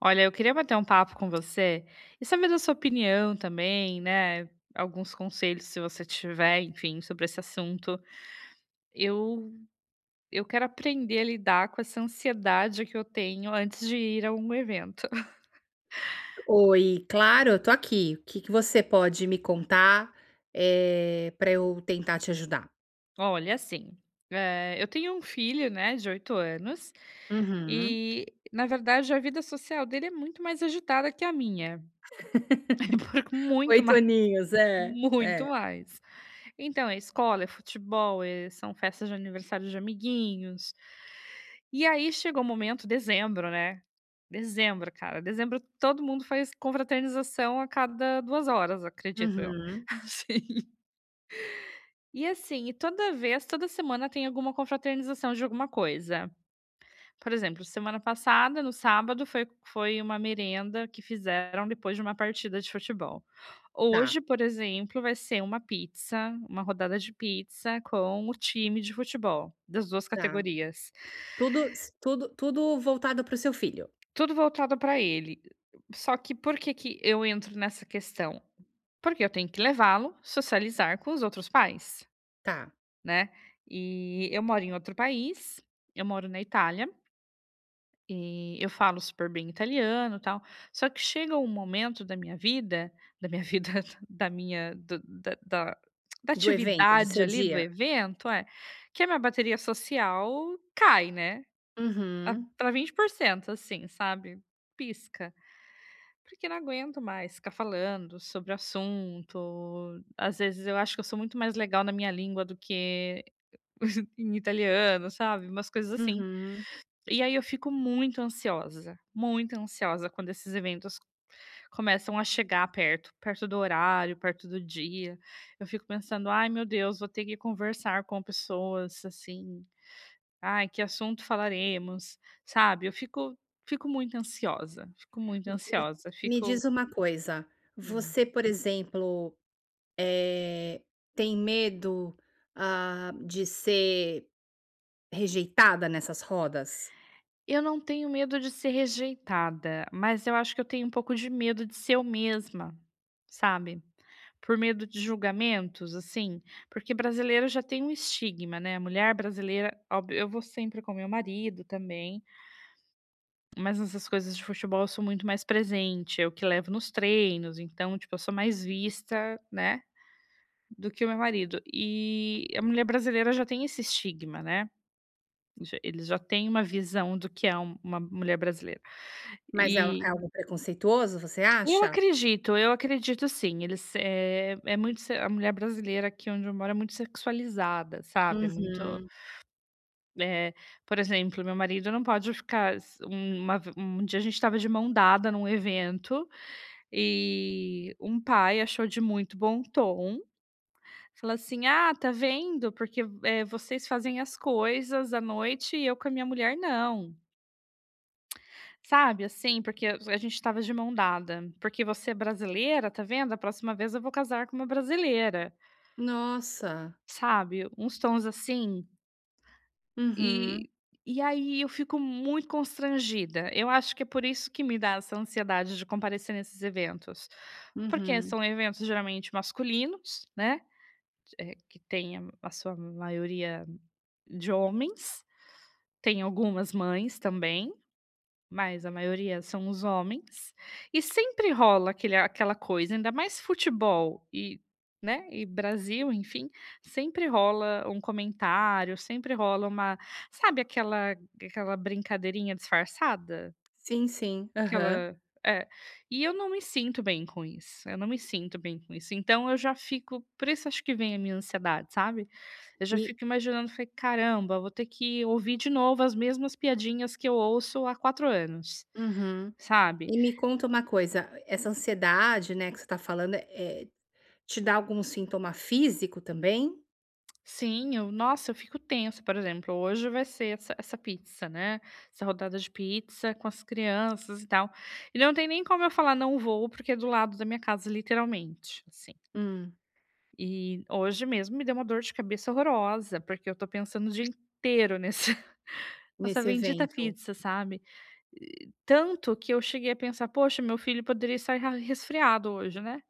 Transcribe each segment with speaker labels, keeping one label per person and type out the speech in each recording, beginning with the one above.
Speaker 1: Olha, eu queria bater um papo com você e saber da sua opinião também, né? Alguns conselhos, se você tiver, enfim, sobre esse assunto. Eu, eu quero aprender a lidar com essa ansiedade que eu tenho antes de ir a um evento.
Speaker 2: Oi, claro, eu tô aqui. O que que você pode me contar, pra eu tentar te ajudar?
Speaker 1: Olha, assim, eu tenho um filho, né, de 8 anos,
Speaker 2: Uhum.
Speaker 1: e na verdade a vida social dele é muito mais agitada que a minha, por muito
Speaker 2: 8 aninhos, é,
Speaker 1: Muito
Speaker 2: é.
Speaker 1: mais. Então é escola, é futebol, são festas de aniversário de amiguinhos. E aí chegou o momento dezembro, né. Dezembro, cara, dezembro todo mundo faz confraternização a cada 2 horas, acredito eu.
Speaker 2: Uhum.
Speaker 1: Assim. E assim, e toda semana tem alguma confraternização de alguma coisa. Por exemplo, semana passada, no sábado, foi uma merenda que fizeram depois de uma partida de futebol.
Speaker 2: Tá,
Speaker 1: Hoje, por exemplo, vai ser uma pizza, uma rodada de pizza com o time de futebol, das 2
Speaker 2: tá.
Speaker 1: categorias.
Speaker 2: Tudo tudo voltado para o seu filho?
Speaker 1: Tudo voltado para ele. Só que por que que eu entro nessa questão? Porque eu tenho que levá-lo, socializar com os outros pais,
Speaker 2: Tá.
Speaker 1: né. E eu moro em outro país, eu moro na Itália. E eu falo super bem italiano, tal. Só que chega um momento da minha vida, da minha do da da da
Speaker 2: Do evento, do
Speaker 1: atividade
Speaker 2: seu
Speaker 1: ali do
Speaker 2: dia?
Speaker 1: evento, que a minha bateria social cai, né, a
Speaker 2: Uhum,
Speaker 1: pra 20%, assim, sabe, pisca, porque não aguento mais ficar falando sobre o assunto. Às vezes eu acho que eu sou muito mais legal na minha língua do que em italiano, sabe, umas coisas assim.
Speaker 2: uhum.
Speaker 1: E aí eu fico muito ansiosa quando esses eventos começam a chegar perto, perto do horário, perto do dia. Eu fico pensando: "Ai, meu Deus, vou ter que conversar com pessoas, assim, ai, que assunto falaremos?", sabe. Eu fico muito ansiosa, fico muito
Speaker 2: Me
Speaker 1: ansiosa,
Speaker 2: me diz
Speaker 1: fico
Speaker 2: uma coisa,
Speaker 1: hum,
Speaker 2: você, por exemplo, eh, tem medo, de ser rejeitada nessas rodas?
Speaker 1: Eu não tenho medo de ser rejeitada, mas eu acho que eu tenho um pouco de medo de ser eu mesma, sabe? Por medo de julgamentos, assim, porque brasileiro já tem um estigma, né? Mulher brasileira, óbvio, eu vou sempre com meu marido também, mas nessas coisas de futebol eu sou muito mais presente, eu que levo nos treinos, então, tipo, eu sou mais vista, né? Do que o meu marido. E a mulher brasileira já tem esse estigma, né? Já eles já têm uma visão do que é uma mulher brasileira.
Speaker 2: Mas é
Speaker 1: E
Speaker 2: algo preconceituoso, você acha?
Speaker 1: eu acredito sim, eles, eh, é muito se a mulher brasileira aqui onde eu moro é muito sexualizada, sabe, é muito,
Speaker 2: Uhum.
Speaker 1: eh, por exemplo, meu marido não pode ficar s Um, uma ve um dia a gente estava de mão dada num evento, e um pai achou de muito bom tom, falou assim: "Ah, tá vendo, porque, eh, vocês fazem as coisas à noite e eu com a minha mulher não". Sabe, assim, porque a gente estava de mão dada, porque você é brasileira, tá vendo? A próxima vez eu vou casar com uma brasileira,
Speaker 2: Nossa.
Speaker 1: sabe? Uns tons assim,
Speaker 2: Uhum,
Speaker 1: e e aí eu fico muito constrangida. Eu acho que é por isso que me dá essa ansiedade de comparecer nesses eventos, porque
Speaker 2: uhum.
Speaker 1: são eventos geralmente masculinos, né, que tem a sua maioria de homens, tem algumas mães também, mas a maioria são os homens, e sempre rola aquele aquela coisa, ainda mais futebol e, né, e Brasil, enfim, sempre rola um comentário, sempre rola uma, sabe aquela brincadeirinha disfarçada?
Speaker 2: Sim, sim. Aham.
Speaker 1: Aquela é. E eu não me sinto bem com isso, eu não me sinto bem com isso, então eu já fico, por isso acho que vem a minha ansiedade, sabe? Eu já
Speaker 2: E
Speaker 1: fico imaginando, falei: "Caramba, vou ter que ouvir de novo as mesmas piadinhas que eu ouço há 4 anos".
Speaker 2: uhum.
Speaker 1: Sabe?
Speaker 2: E me conta uma coisa, essa ansiedade, né, que você está falando, te dá algum sintoma físico também?
Speaker 1: Sim, eu nossa, eu fico tensa, por exemplo, hoje vai ser essa pizza, né, essa rodada de pizza com as crianças e tal, e não tem nem como eu falar: "Não vou", porque é do lado da minha casa, literalmente, assim.
Speaker 2: Hum,
Speaker 1: E hoje mesmo me deu uma dor de cabeça horrorosa, porque eu tô pensando o dia inteiro nesse nessa
Speaker 2: nesse
Speaker 1: bendita
Speaker 2: evento?
Speaker 1: pizza, sabe? E tanto que eu cheguei a pensar: "Poxa, meu filho poderia estar ra resfriado hoje, né?"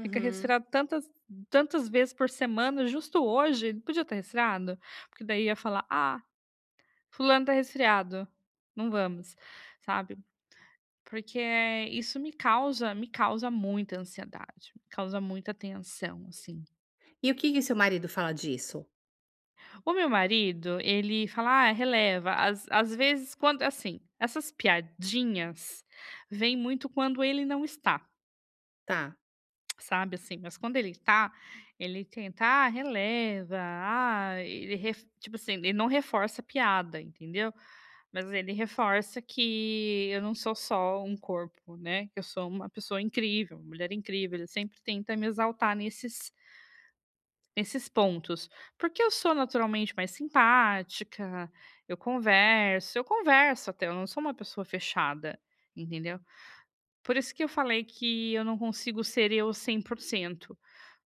Speaker 1: Fica resfriado tantas vezes por semana, justo hoje, ele podia estar resfriado, porque daí ia falar: "Ah, fulano está resfriado, não vamos", sabe. Porque isso me causa muita ansiedade, me causa muita tensão, assim.
Speaker 2: E o que que seu marido fala disso?
Speaker 1: O meu marido, ele fala: "Ah, releva", às vezes quando assim, essas piadinhas vêm muito quando ele não está.
Speaker 2: Tá.
Speaker 1: Sabe, assim, mas quando ele tá, ele tenta: "Ah, releva, ah", ele ref tipo assim, ele não reforça a piada, entendeu? Mas ele reforça que eu não sou só um corpo, né, que eu sou uma pessoa incrível, uma mulher incrível, ele sempre tenta me exaltar nesses pontos. Porque eu sou naturalmente mais simpática, eu converso até, eu não sou uma pessoa fechada, entendeu? Por isso que eu falei que eu não consigo ser eu 100%,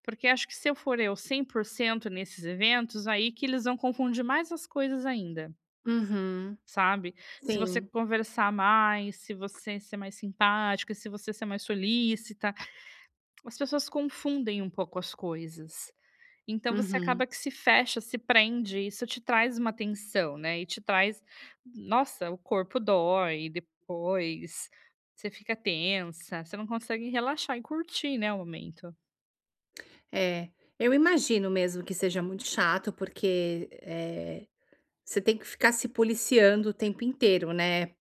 Speaker 1: porque acho que se eu for eu 100% nesses eventos, aí que eles vão confundir mais as coisas ainda,
Speaker 2: Uhum.
Speaker 1: sabe. Se você
Speaker 2: Sim.
Speaker 1: conversar mais, se você ser mais simpática, se você ser mais solícita, as pessoas confundem um pouco as coisas. Então você
Speaker 2: Uhum.
Speaker 1: acaba que se fecha, se prende, e isso te traz uma tensão, né, e te traz, nossa, o corpo dói depois, você fica tensa, você não consegue relaxar e curtir, né, o momento.
Speaker 2: É, eu imagino mesmo que seja muito chato, porque, você tem que ficar se policiando o tempo inteiro, né.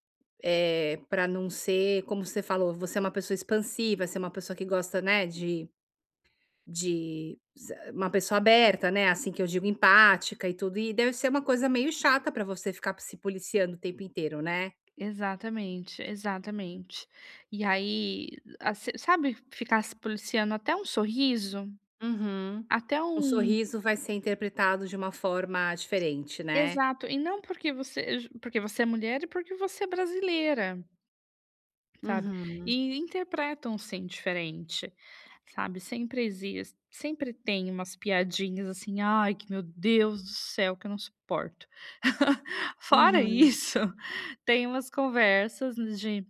Speaker 2: É para não ser como você falou, você é uma pessoa expansiva, você é uma pessoa que gosta, né, de uma pessoa aberta, né, assim que eu digo, empática e tudo, e deve ser uma coisa meio chata para você ficar se policiando o tempo inteiro, né?
Speaker 1: Exatamente, exatamente. E aí, assim, sabe, ficar se policiando até um sorriso,
Speaker 2: Uhum.
Speaker 1: até
Speaker 2: Um
Speaker 1: um
Speaker 2: sorriso vai ser interpretado de uma forma diferente, né?
Speaker 1: exato, e não porque você, porque você é mulher e porque você é brasileira. Sabe,
Speaker 2: Uhum,
Speaker 1: e interpretam sim diferente, sabe, sempre existe, sempre tem umas piadinhas assim, ai que meu Deus do céu que eu não suporto. Fora
Speaker 2: uhum.
Speaker 1: isso, tem umas conversas de: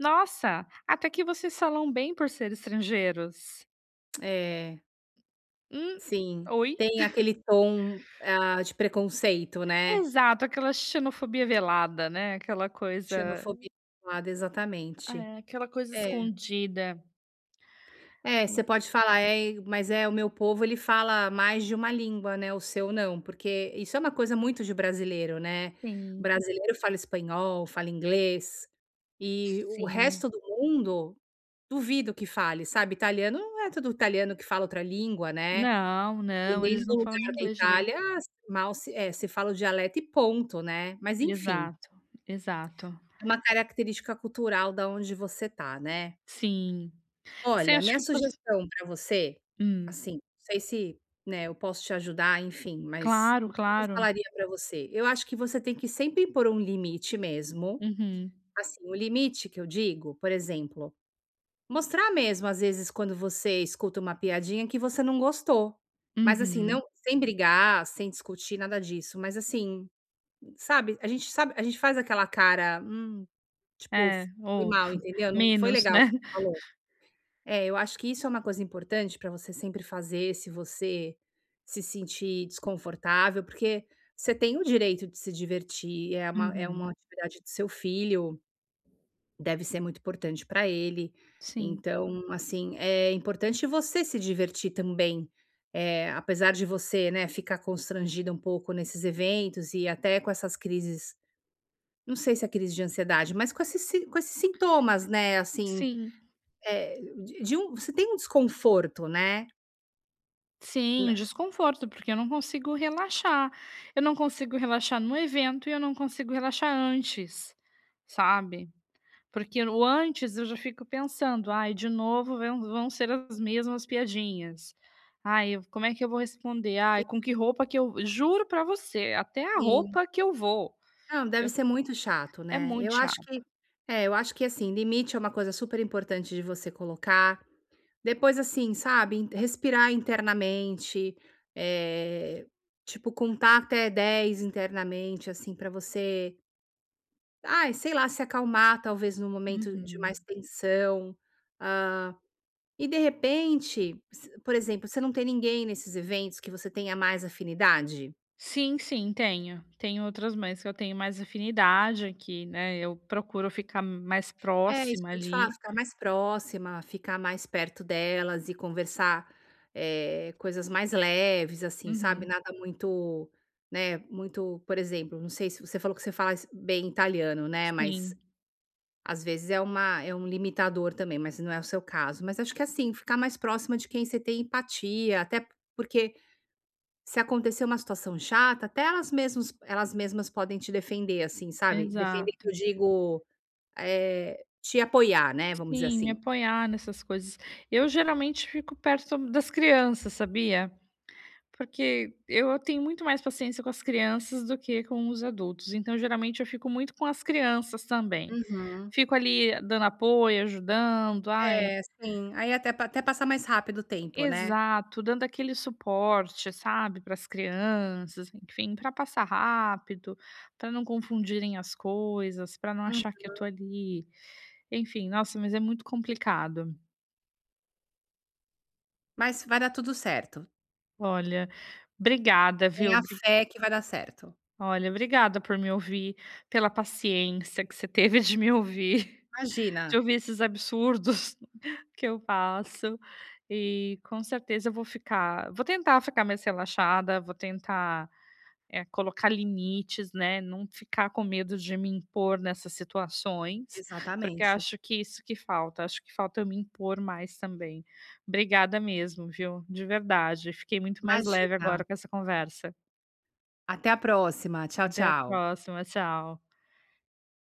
Speaker 1: "Nossa, até que vocês falam bem por ser estrangeiros".
Speaker 2: É,
Speaker 1: Hum,
Speaker 2: sim.
Speaker 1: oi?
Speaker 2: Tem aquele tom, ah, de preconceito, né?
Speaker 1: Exato, aquela xenofobia velada, né, aquela coisa,
Speaker 2: Xenofobia velada, exatamente.
Speaker 1: aquela coisa
Speaker 2: É.
Speaker 1: escondida.
Speaker 2: É, você pode falar: "É, mas é o meu povo, ele fala mais de uma língua, né, o seu não", porque isso é uma coisa muito de brasileiro, né.
Speaker 1: Sim,
Speaker 2: Brasileiro fala espanhol, fala inglês, e o
Speaker 1: sim.
Speaker 2: resto do mundo duvido que fale, sabe. Italiano, não é todo italiano que fala outra língua, né.
Speaker 1: Não, não,
Speaker 2: Dependendo
Speaker 1: eles
Speaker 2: do
Speaker 1: não falam nem
Speaker 2: lugar da
Speaker 1: inglês direito.
Speaker 2: Itália, mal se é, se fala o dialeto e ponto, né. Mas enfim,
Speaker 1: Exato, exato.
Speaker 2: é uma característica cultural da onde você tá, né.
Speaker 1: Sim. Você
Speaker 2: Olha,
Speaker 1: acha
Speaker 2: minha
Speaker 1: que por
Speaker 2: sugestão para você,
Speaker 1: hum.
Speaker 2: assim, não sei se, né, eu posso te ajudar, enfim, mas
Speaker 1: Claro,
Speaker 2: o que eu
Speaker 1: claro.
Speaker 2: falaria para você? Eu acho que você tem que sempre impor um limite mesmo,
Speaker 1: Uhum,
Speaker 2: assim, o limite que eu digo, por exemplo, mostrar mesmo, às vezes, quando você escuta uma piadinha que você não gostou, mas assim, não,
Speaker 1: uhum.
Speaker 2: sem brigar, sem discutir, nada disso, mas assim, sabe, a gente faz aquela cara, tipo,
Speaker 1: É,
Speaker 2: "Foi
Speaker 1: ou
Speaker 2: mal", entendeu? "Não foi
Speaker 1: menos,
Speaker 2: legal o que
Speaker 1: né.
Speaker 2: você falou". É, eu acho que isso é uma coisa importante para você sempre fazer, se você se sentir desconfortável, porque você tem o direito de se divertir, é uma
Speaker 1: Uhum.
Speaker 2: atividade do seu filho, deve ser muito importante para ele.
Speaker 1: Sim,
Speaker 2: Então, assim, é importante você se divertir também, apesar de você, né, ficar constrangida um pouco nesses eventos e até com essas crises, não sei se é crise de ansiedade, mas com esses si com esses sintomas, né, assim,
Speaker 1: sim,
Speaker 2: é, de um você tem um desconforto, né,
Speaker 1: sim,
Speaker 2: na
Speaker 1: desconforto, porque eu não consigo relaxar. Eu não consigo relaxar no evento e eu não consigo relaxar antes, sabe. Porque o antes eu já fico pensando: "Ai, de novo vão ser as mesmas piadinhas. Ai, como é que eu vou responder? Ai, com que roupa que eu" juro pra você, até a
Speaker 2: Sim.
Speaker 1: roupa que eu vou,
Speaker 2: Não, deve
Speaker 1: eu
Speaker 2: ser muito chato,
Speaker 1: é
Speaker 2: né. Eu
Speaker 1: muito
Speaker 2: acho que
Speaker 1: chato.
Speaker 2: é, eu acho que, assim, limite é uma coisa super importante de você colocar. Depois, assim, sabe, in respirar internamente, eh, tipo, contar até 10 internamente, assim, pra você, ai, sei lá, se acalmar, talvez, num momento de
Speaker 1: Uhum.
Speaker 2: mais tensão. Hã, e de repente, se por exemplo, você não tem ninguém nesses eventos que você tenha mais afinidade?
Speaker 1: Sim, sim, tenho. Tenho outras mães que eu tenho mais afinidade, aqui né, eu procuro ficar mais
Speaker 2: É isso
Speaker 1: próxima
Speaker 2: que eu ia te falar,
Speaker 1: ali.
Speaker 2: ficar mais próxima, ficar mais perto delas e conversar, coisas mais leves, assim, sabe,
Speaker 1: Uhum.
Speaker 2: nada muito, né, muito por exemplo, não sei se você falou que você fala es bem italiano, né, mas
Speaker 1: Sim,
Speaker 2: às vezes é uma é um limitador também, mas não é o seu caso. Mas acho que, é assim, ficar mais próxima de quem você tem empatia, até porque se acontecer uma situação chata, até elas mesmas podem te defender, assim, sabe. Defender que
Speaker 1: exato.
Speaker 2: eu digo, te apoiar, né, vamos dizer
Speaker 1: Sim, me
Speaker 2: assim.
Speaker 1: apoiar nessas coisas. Eu geralmente fico perto das crianças, sabia? Porque eu tenho muito mais paciência com as crianças do que com os adultos, então geralmente eu fico muito com as crianças também.
Speaker 2: Uhum.
Speaker 1: Fico ali dando apoio, ajudando, ai
Speaker 2: É, sim. Aí até pa até passar mais rápido o tempo, né.
Speaker 1: exato, dando aquele suporte, sabe, para as crianças, enfim, para passar rápido, para não confundirem as coisas, para não
Speaker 2: Uhum.
Speaker 1: achar que eu tô ali, enfim, nossa, mas é muito complicado.
Speaker 2: Mas vai dar tudo certo.
Speaker 1: Olha, obrigada, viu?
Speaker 2: Tenha fé que vai dar certo.
Speaker 1: Olha, obrigada por me ouvir, pela paciência que você teve de me ouvir, de
Speaker 2: Imagina.
Speaker 1: ouvir esses absurdos que eu passo. E com certeza eu vou ficar vou tentar ficar mais relaxada, vou tentar, colocar limites, né, não ficar com medo de me impor nessas situações, porque
Speaker 2: Exatamente.
Speaker 1: acho que isso que falta, acho que falta eu me impor mais também. Obrigada mesmo, viu, de verdade. Fiquei muito mais leve
Speaker 2: Imagina.
Speaker 1: agora com essa conversa.
Speaker 2: Até a próxima. Tchau,
Speaker 1: Até a
Speaker 2: tchau.
Speaker 1: próxima, tchau.